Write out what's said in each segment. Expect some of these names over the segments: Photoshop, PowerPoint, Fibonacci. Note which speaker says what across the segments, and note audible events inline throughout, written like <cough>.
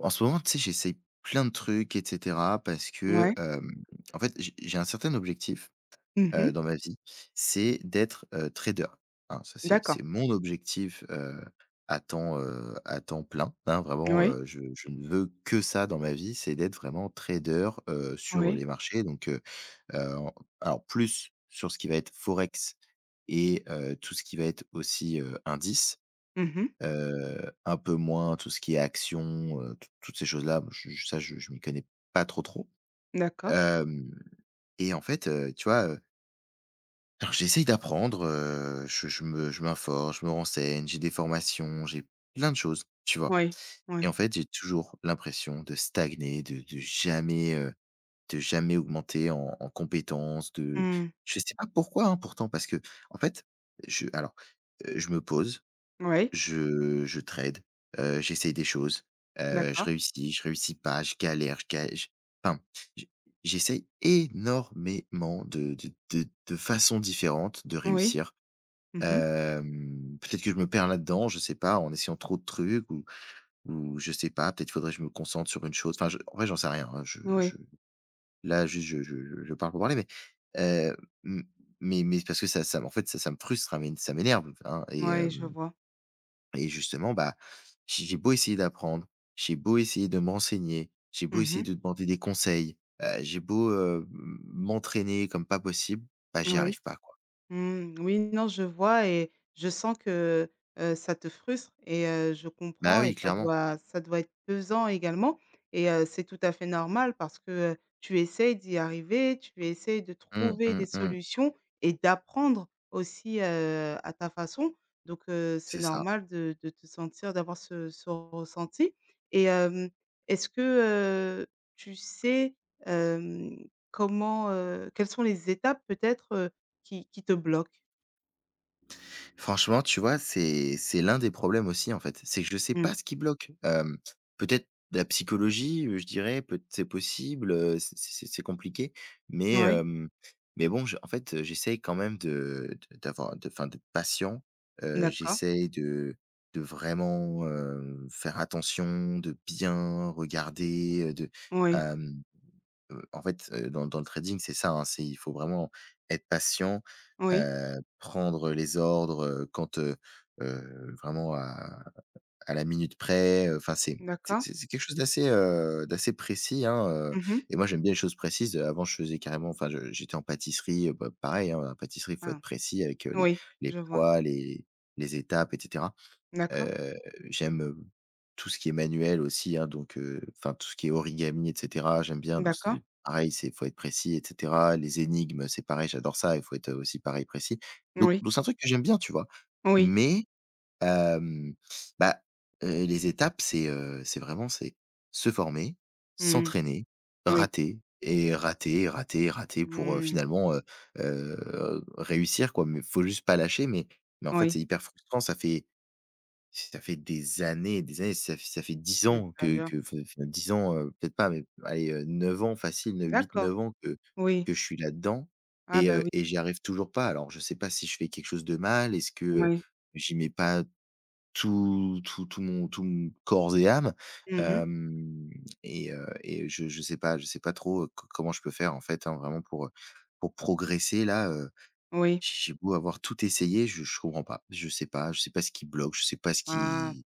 Speaker 1: En ce moment, tu sais, j'essaye plein de trucs, et cetera, parce que,
Speaker 2: Ouais.
Speaker 1: en fait, j'ai un certain objectif,
Speaker 2: Mmh mh.
Speaker 1: dans ma vie, c'est d'être, trader, hein. Ça, c'est
Speaker 2: D'accord.
Speaker 1: c'est mon objectif, à temps plein, hein. Vraiment,
Speaker 2: Oui,
Speaker 1: je ne veux que ça dans ma vie, c'est d'être vraiment trader, sur
Speaker 2: oui.
Speaker 1: les marchés. Donc, en alors plus sur ce qui va être forex et tout ce qui va être aussi, indice.
Speaker 2: Mmh mh.
Speaker 1: Un peu moins tout ce qui est action, toutes ces choses-là, je ça je m'y connais pas trop, trop.
Speaker 2: D'accord.
Speaker 1: Hem Et en fait, tu vois, alors j'essaye d'apprendre, je m'informe, je me renseigne, j'ai des formations, j'ai plein de choses, tu vois?
Speaker 2: Oui,
Speaker 1: Et
Speaker 2: oui.
Speaker 1: en fait, j'ai toujours l'impression de stagner, de jamais, de jamais augmenter en en compétences, de
Speaker 2: Mmh.
Speaker 1: je sais pas pourquoi, hein, pourtant, parce que en fait, je alors, je me pose
Speaker 2: Oui.
Speaker 1: Je trade, j'essaye des choses,
Speaker 2: D'accord.
Speaker 1: je réussis pas, je galère, je galère. enfin, j j'essaye énormément de façons différentes de
Speaker 2: Oui.
Speaker 1: réussir.
Speaker 2: Mmh mh.
Speaker 1: Peut-être que je me perds là-dedans, je sais pas, en essayant trop de trucs ou je sais pas, peut-être faudrait que je me concentre sur une chose. Enfin, je en vrai, j'en sais rien, hein, je
Speaker 2: Oui.
Speaker 1: là, juste, je parle pour parler, mais heu, m mais parce que ça en fait, ça me frustre, hein, mais ça m'énerve, hein et
Speaker 2: Oui, je
Speaker 1: hem
Speaker 2: vois.
Speaker 1: et justement, bah, j'ai beau essayer d'apprendre, j'ai beau essayer de m'enseigner, j'ai beau
Speaker 2: Mmh
Speaker 1: essayer
Speaker 2: mh.
Speaker 1: de demander des conseils, j'ai beau, m'entraîner comme pas possible, bah, j'y
Speaker 2: Oui.
Speaker 1: arrive pas, quoi.
Speaker 2: Mmh, oui, non, je vois et je sens que, ça te frustre et je
Speaker 1: Bah,
Speaker 2: comprends et
Speaker 1: oui,
Speaker 2: ça
Speaker 1: clairement.
Speaker 2: doit ça doit être pesant également et c'est tout à fait normal parce que, tu essayes d'y arriver, tu essayes de
Speaker 1: Mmh,
Speaker 2: trouver des
Speaker 1: mmh, mmh.
Speaker 2: solutions et d'apprendre aussi, à ta façon. Donc c'est
Speaker 1: C'est ça.
Speaker 2: normal de te sentir d'avoir ce ressenti et est-ce que, heu, tu sais, hem, comment, quelles sont les étapes peut-être, qui te bloque.
Speaker 1: Franchement, tu vois, c'est l'un des problèmes aussi, en fait. C'est que je sais
Speaker 2: Mmh.
Speaker 1: pas ce qui bloque. Peut-être la psychologie, je dirais, peut c'est possible, c'est compliqué, mais
Speaker 2: Oui,
Speaker 1: hem, mais bon, je en fait, j'essaye quand même de d'avoir de enfin, d'être patient.
Speaker 2: d'accord.
Speaker 1: J'essaye de vraiment, faire attention, de bien regarder, de
Speaker 2: Oui,
Speaker 1: en fait, dans le trading, c'est ça, hein, c'est il faut vraiment être patient,
Speaker 2: oui,
Speaker 1: prendre les ordres, vraiment à la minute près, enfin c'est c'est
Speaker 2: d'accord.
Speaker 1: c'est c'est quelque chose d'assez, d'assez précis, hein,
Speaker 2: Mmh mh.
Speaker 1: et moi j'aime bien les choses précises, avant je faisais carrément enfin je j'étais en pâtisserie, bah, pareil, hein, en pâtisserie, il faut
Speaker 2: Ah,
Speaker 1: être précis avec, les
Speaker 2: oui, je vois.
Speaker 1: poids, les étapes et cetera.
Speaker 2: D'accord,
Speaker 1: Heu, J'aime, tout ce qui est manuel aussi, hein, donc enfin tout ce qui est origami et cetera, j'aime bien donc
Speaker 2: d'accord.
Speaker 1: c'est pareil, c'est faut être précis et cetera. Les énigmes, c'est pareil, j'adore ça, il faut être aussi pareil précis. Donc
Speaker 2: Oui,
Speaker 1: donc c'est un truc que j'aime bien, tu vois?
Speaker 2: oui.
Speaker 1: Mais hem, bah, les étapes, c'est vraiment c'est se former,
Speaker 2: Mmh.
Speaker 1: s'entraîner,
Speaker 2: Oui.
Speaker 1: rater et rater, rater, rater pour,
Speaker 2: Mmh.
Speaker 1: finalement, réussir quoi. Mais faut juste pas lâcher mais en fait, c'est
Speaker 2: Oui,
Speaker 1: hyper frustrant, ça fait si ça fait des années, ça fait 10 ans que
Speaker 2: c'est-à-dire?
Speaker 1: que enfin enfin ans, heu, peut-être pas, mais allez, 9 ans facile, huit,
Speaker 2: D'accord,
Speaker 1: neuf ans que
Speaker 2: oui.
Speaker 1: que je suis là-dedans
Speaker 2: Ah
Speaker 1: et
Speaker 2: bah,
Speaker 1: heu
Speaker 2: oui,
Speaker 1: et j'y arrive toujours pas. Alors je sais pas si je fais quelque chose de mal, est-ce que,
Speaker 2: oui.
Speaker 1: j'y mets pas tout tout tout mon corps et âme?
Speaker 2: Mmh mh.
Speaker 1: Hem et je Je sais pas trop, co comment je peux faire en fait, hein, vraiment pour progresser là,
Speaker 2: Oui.
Speaker 1: j'ai beau avoir tout essayé, je comprends pas. Je sais pas ce qui bloque, je sais pas ce
Speaker 2: Ah,
Speaker 1: qui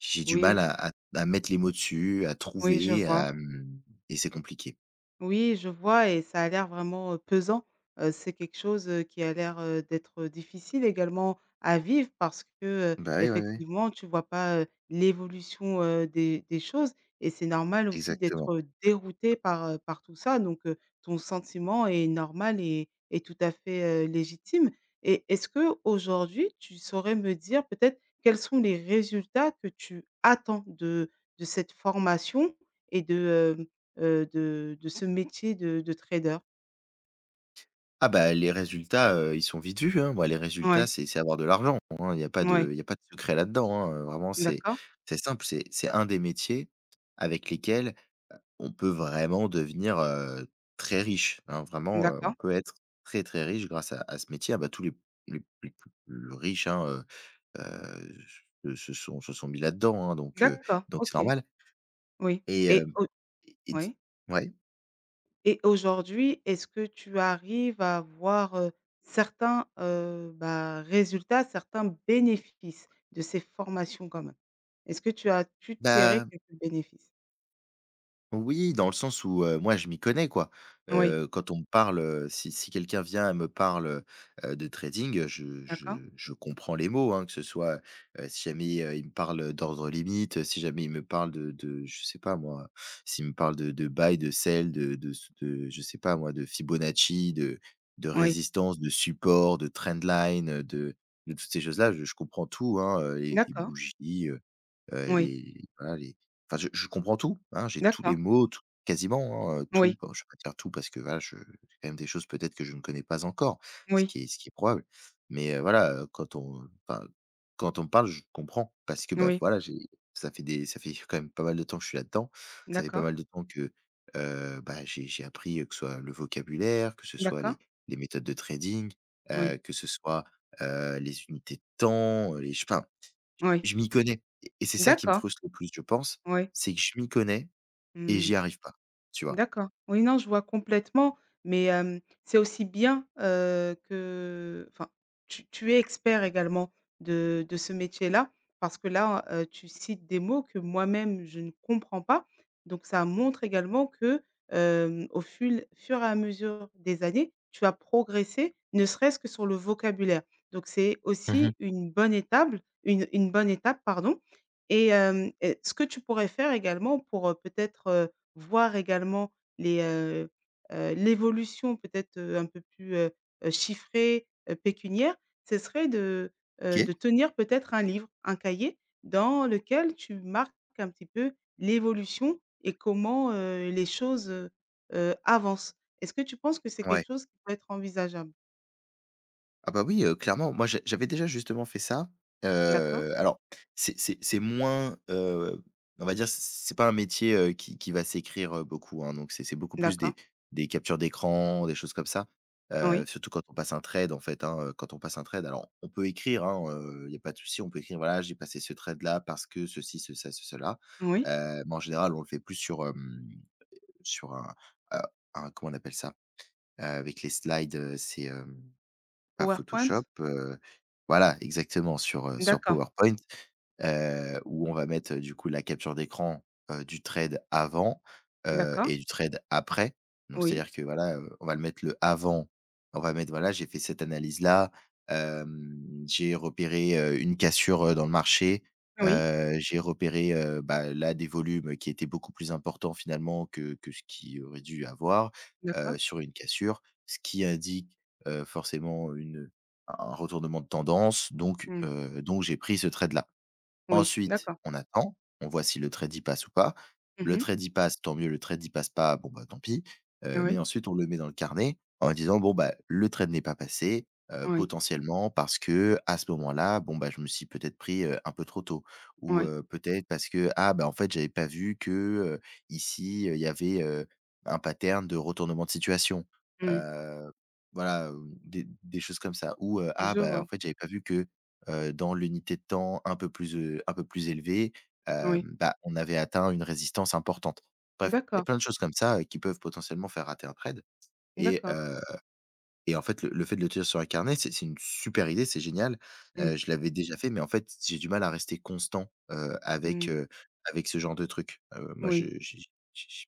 Speaker 1: j'ai du
Speaker 2: oui,
Speaker 1: mal à mettre les mots dessus, à
Speaker 2: oui, je
Speaker 1: trouver,
Speaker 2: vois.
Speaker 1: à, mmh et c'est compliqué.
Speaker 2: Oui, je vois et ça a l'air vraiment, pesant. C'est quelque chose, qui a l'air, d'être, difficile également à vivre parce que,
Speaker 1: Bah, oui, oui, oui.
Speaker 2: effectivement, tu vois pas, l'évolution, des choses et c'est normal aussi d'être,
Speaker 1: Exactement.
Speaker 2: dérouté par tout ça donc ton sentiment est normal et tout à fait, légitime et est-ce que aujourd'hui, tu saurais me dire peut-être quels sont les résultats que tu attends de cette formation et de de ce métier de trader.
Speaker 1: Ah bah, les résultats, ils sont vite vus, hein. Moi, les résultats,
Speaker 2: Ouais,
Speaker 1: c'est avoir de l'argent, hein. Il y a pas de
Speaker 2: ouais,
Speaker 1: il y a pas de secret là-dedans, hein, vraiment, c'est
Speaker 2: d'accord,
Speaker 1: c'est simple. C'est un des métiers avec lesquels on peut vraiment devenir, très riche, hein. Vraiment, on
Speaker 2: d'accord,
Speaker 1: peut être très, très riche grâce à ce métier. Ah bah, tous les plus riches, hein, se sont mis là-dedans, hein,
Speaker 2: d'accord,
Speaker 1: donc c'est
Speaker 2: OK,
Speaker 1: normal.
Speaker 2: oui,
Speaker 1: Et
Speaker 2: et
Speaker 1: hem
Speaker 2: au
Speaker 1: et tu
Speaker 2: oui,
Speaker 1: ouais,
Speaker 2: et aujourd'hui, est-ce que tu arrives à voir, certains, bah, résultats, certains bénéfices de ces formations quand même? Est-ce que tu as pu tirer
Speaker 1: bah,
Speaker 2: quelques bénéfices?
Speaker 1: Oui, dans le sens où, moi, je m'y connais, quoi.
Speaker 2: Oui,
Speaker 1: Quand on me parle, si quelqu'un vient et me parle, de trading, je je
Speaker 2: d'accord,
Speaker 1: je comprends les mots, hein, que ce soit, si jamais, il me parle, d'ordre limite, si jamais il me parle de je sais pas moi, s'il me parle de buy, de sell, de je sais pas moi, de Fibonacci, de
Speaker 2: oui,
Speaker 1: résistance, de support, de trendline, de toutes ces choses-là, je comprends tout, hein, les
Speaker 2: d'accord,
Speaker 1: bougies,
Speaker 2: oui,
Speaker 1: les- voilà les Enfin, je comprends tout, hein, j'ai tous les
Speaker 2: d'accord,
Speaker 1: mots, tout quasiment, hein,
Speaker 2: oui,
Speaker 1: tout, bon, je vais pas dire tout parce que voilà, je j'ai quand même des choses peut-être que je ne connais pas encore,
Speaker 2: oui,
Speaker 1: ce qui est probable. Mais, voilà, quand on, enfin, quand on me parle, je comprends parce que, bah,
Speaker 2: oui,
Speaker 1: voilà, j'ai ça fait <laughs> quand même pas mal de temps que je suis là-dedans. Ça fait pas
Speaker 2: d'accord,
Speaker 1: mal de temps que, bah, j'ai appris, que ce soit le vocabulaire, que ce soit
Speaker 2: d'accord,
Speaker 1: les méthodes de trading,
Speaker 2: oui,
Speaker 1: que ce soit, les unités de temps, les ch enfin,
Speaker 2: oui,
Speaker 1: je m'y connais et c'est ça qui me
Speaker 2: d'accord,
Speaker 1: frustre le plus, je pense,
Speaker 2: oui,
Speaker 1: c'est que je m'y connais et j'y
Speaker 2: mmh.
Speaker 1: arrive pas, tu vois?
Speaker 2: D'accord. Oui, non, je vois complètement, mais c'est aussi bien, que enfin, tu es expert également de ce métier-là parce que là, tu cites des mots que moi-même je ne comprends pas, donc ça montre également que, au ful fur et à mesure des années, tu as progressé, ne serait-ce que sur le vocabulaire, donc c'est
Speaker 1: Mmh mh.
Speaker 2: aussi une bonne étape, une bonne étape, pardon et ce que tu pourrais faire également pour, peut-être, voir également les, heu l'évolution peut-être, un peu plus, chiffrée, pécuniaire, ce serait de,
Speaker 1: OK.
Speaker 2: heu, de tenir peut-être un livre, un cahier dans lequel tu marques un petit peu l'évolution et comment, les choses, avancent. Est-ce que tu penses que c'est
Speaker 1: Ouais.
Speaker 2: quelque chose qui peut être envisageable?
Speaker 1: Ah bah oui, clairement. Moi, j'avais déjà justement fait ça.
Speaker 2: D'accord,
Speaker 1: Alors c'est c'est moins, on va dire, c'est pas un métier, qui va s'écrire, beaucoup, hein, donc c'est beaucoup plus
Speaker 2: d'accord.
Speaker 1: des captures d'écran, des choses comme ça.
Speaker 2: Oui,
Speaker 1: Surtout quand on passe un trade, en fait, quand on passe un trade, alors on peut écrire, hein, il y a pas de souci, on peut écrire: «Voilà, j'ai passé ce trade-là parce que ceci, ce ça, ce cela».
Speaker 2: oui.
Speaker 1: Mais en général, on le fait plus sur, sur heu, un comment on appelle ça? Avec les slides, par Photoshop,
Speaker 2: PowerPoint?
Speaker 1: voilà, exactement sur, sur
Speaker 2: D'accord,
Speaker 1: PowerPoint où on va mettre, du coup, la capture d'écran, du trade avant,
Speaker 2: d'accord.
Speaker 1: et du trade après. Donc
Speaker 2: Oui,
Speaker 1: c'est-à-dire que voilà, on va le mettre le avant, on va mettre voilà: «J'ai fait cette analyse-là, j'ai repéré, une cassure, dans le marché,
Speaker 2: oui,
Speaker 1: j'ai repéré, bah, là des volumes qui étaient beaucoup plus importants finalement que ce qu'il aurait dû avoir,
Speaker 2: d'accord.
Speaker 1: sur une cassure», ce qui indique, forcément une un retournement de tendance
Speaker 2: Mmh.
Speaker 1: donc j'ai pris ce trade-là.
Speaker 2: Oui,
Speaker 1: Ensuite,
Speaker 2: d'accord.
Speaker 1: on attend, on voit si le trade y passe ou pas. Le
Speaker 2: Mmh.
Speaker 1: trade y passe, tant mieux, le trade y passe pas, bon, bah, tant pis. Mais
Speaker 2: Oui,
Speaker 1: ensuite on le met dans le carnet en disant: «Bon, bah, le trade n'est pas passé,
Speaker 2: oui.
Speaker 1: potentiellement parce que à ce moment-là, bon, bah, je me suis peut-être pris, un peu trop tôt» ou
Speaker 2: Oui,
Speaker 1: peut-être parce que: «Ah, bah, en fait, j'avais pas vu que, ici, il y avait, un pattern de retournement de situation».
Speaker 2: mmh.
Speaker 1: Heu, voilà, des choses comme ça ou «Ah,
Speaker 2: Je
Speaker 1: bah,
Speaker 2: vois.
Speaker 1: en fait, j'avais pas vu que» dans l'unité de temps un peu plus élevée,
Speaker 2: Oui.
Speaker 1: bah, on avait atteint une résistance importante. Bref, il y a
Speaker 2: D'accord,
Speaker 1: plein de choses comme ça, qui peuvent potentiellement faire rater un trade et
Speaker 2: d'accord.
Speaker 1: heu et en fait, le fait de le tenir sur un carnet, c'est une super idée, c'est génial.
Speaker 2: Mmh.
Speaker 1: Je l'avais déjà fait, mais en fait, j'ai du mal à rester constant,
Speaker 2: Mmh.
Speaker 1: avec ce genre de truc. Moi, je
Speaker 2: Oui.
Speaker 1: j'ai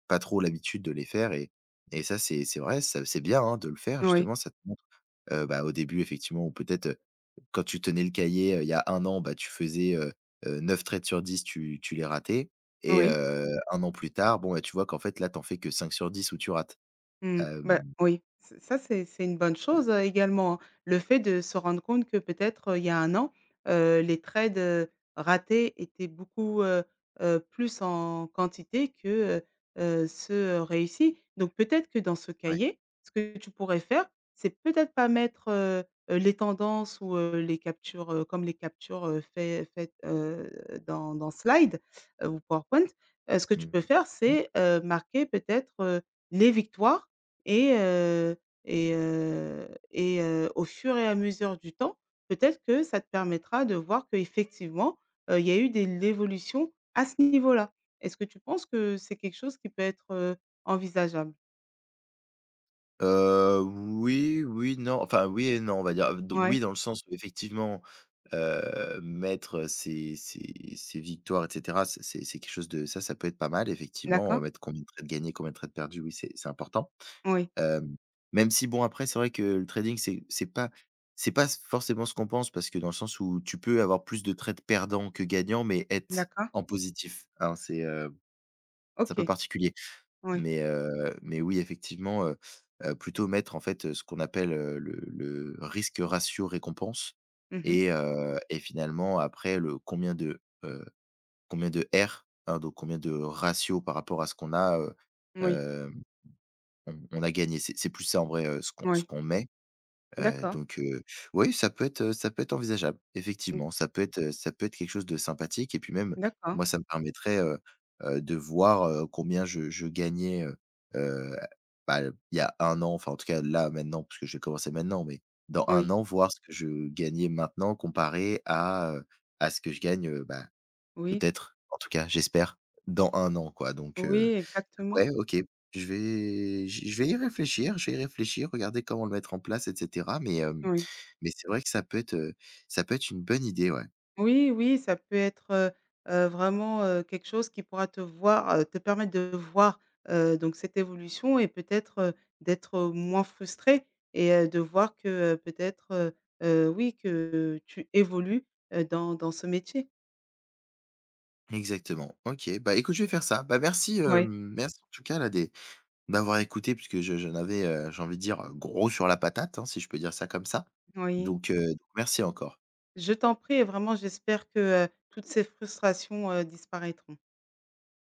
Speaker 1: pas trop l'habitude de les faire et ça, c'est vrai, ça c'est bien, hein, de le faire
Speaker 2: Oui.
Speaker 1: justement, ça te montre, bah, au début, effectivement, ou peut-être, quand tu tenais le cahier, il y a un an, bah, tu faisais, 9 traits sur 10, tu les ratais et
Speaker 2: Oui.
Speaker 1: 1 an plus tard, bon, bah, tu vois qu'en fait, là, t'en fais que 5 sur 10 où tu rates.
Speaker 2: Mmh. Bah,
Speaker 1: Hem,
Speaker 2: oui, ç ça c'est une bonne chose, également, hein. Le fait de se rendre compte que peut-être, il y a un an, les trades, ratés étaient beaucoup, plus en quantité que, ceux, réussis. Donc peut-être que dans ce
Speaker 1: ouais.
Speaker 2: cahier, ce que tu pourrais faire, c'est peut-être pas mettre, les tendances ou, les captures, comme les captures, faites, dans Slide, ou PowerPoint. Ce que tu peux
Speaker 1: Mmh.
Speaker 2: faire, c'est, marquer peut-être, les victoires et heu et au fur et à mesure du temps, peut-être que ça te permettra de voir qu'effectivement, il y a eu des l'évolution à ce niveau-là. Est-ce que tu penses que c'est quelque chose qui peut être, envisageable?
Speaker 1: Oui, oui, non, enfin oui et non, on va dire, d
Speaker 2: Ouais,
Speaker 1: oui, dans le sens où effectivement, mettre, ses ses victoires et cetera, c'est c'est quelque chose de ça, ça peut être pas mal effectivement,
Speaker 2: d'accord.
Speaker 1: mettre combien de trades gagnés, combien de trades perdus, oui, c'est important.
Speaker 2: Oui,
Speaker 1: Hem, Même si bon après, c'est vrai que le trading, c'est pas s forcément ce qu'on pense parce que dans le sens où tu peux avoir plus de trades perdants que gagnants, mais être
Speaker 2: d'accord.
Speaker 1: en positif, hein, c'est un peu
Speaker 2: OK.
Speaker 1: particulier.
Speaker 2: Oui.
Speaker 1: Mais oui, effectivement, plutôt mettre, en fait, ce qu'on appelle, le risque ratio récompense
Speaker 2: Mhm.
Speaker 1: et finalement après le combien de R, hein, donc combien de ratio par rapport à ce qu'on a,
Speaker 2: Oui,
Speaker 1: hem, on a gagné. C'est plus ça en vrai, ce
Speaker 2: oui.
Speaker 1: qu'on met.
Speaker 2: D'accord.
Speaker 1: Donc oui, ça peut être envisageable.
Speaker 2: Mmh,
Speaker 1: Effectivement, ça peut être quelque chose de sympathique et puis même,
Speaker 2: d'accord.
Speaker 1: moi, ça me permettrait, de voir, combien je gagnais, heu, bah, il y a un an, enfin, en tout cas, là, maintenant, parce que j'ai commencé maintenant, mais dans un
Speaker 2: Oui,
Speaker 1: an, voir ce que je gagnais maintenant comparé à ce que je gagne, bah,
Speaker 2: oui,
Speaker 1: peut-être, en tout cas, j'espère, dans un an, quoi, donc
Speaker 2: oui, exactement.
Speaker 1: ouais, OK, je vais y réfléchir regarder comment le mettre en place et cetera, mais hem
Speaker 2: Oui.
Speaker 1: mais c'est vrai que ça peut être une bonne idée, ouais.
Speaker 2: Oui, oui, ça peut être, vraiment, quelque chose qui pourra te voir, te permettre de voir, donc cette évolution et peut-être, d'être, moins frustré et de voir que, peut-être, oui, que tu évolues, dans ce métier.
Speaker 1: Exactement. OK. Bah, écoute, je vais faire ça. Bah, merci,
Speaker 2: Oui, oui.
Speaker 1: merci en tout cas là des d'avoir écouté puisque je j'en avais, j'ai envie de dire, gros sur la patate, hein, si je peux dire ça comme ça.
Speaker 2: Oui,
Speaker 1: Donc merci encore.
Speaker 2: je t'en prie et vraiment j'espère que, toutes ces frustrations, disparaîtront.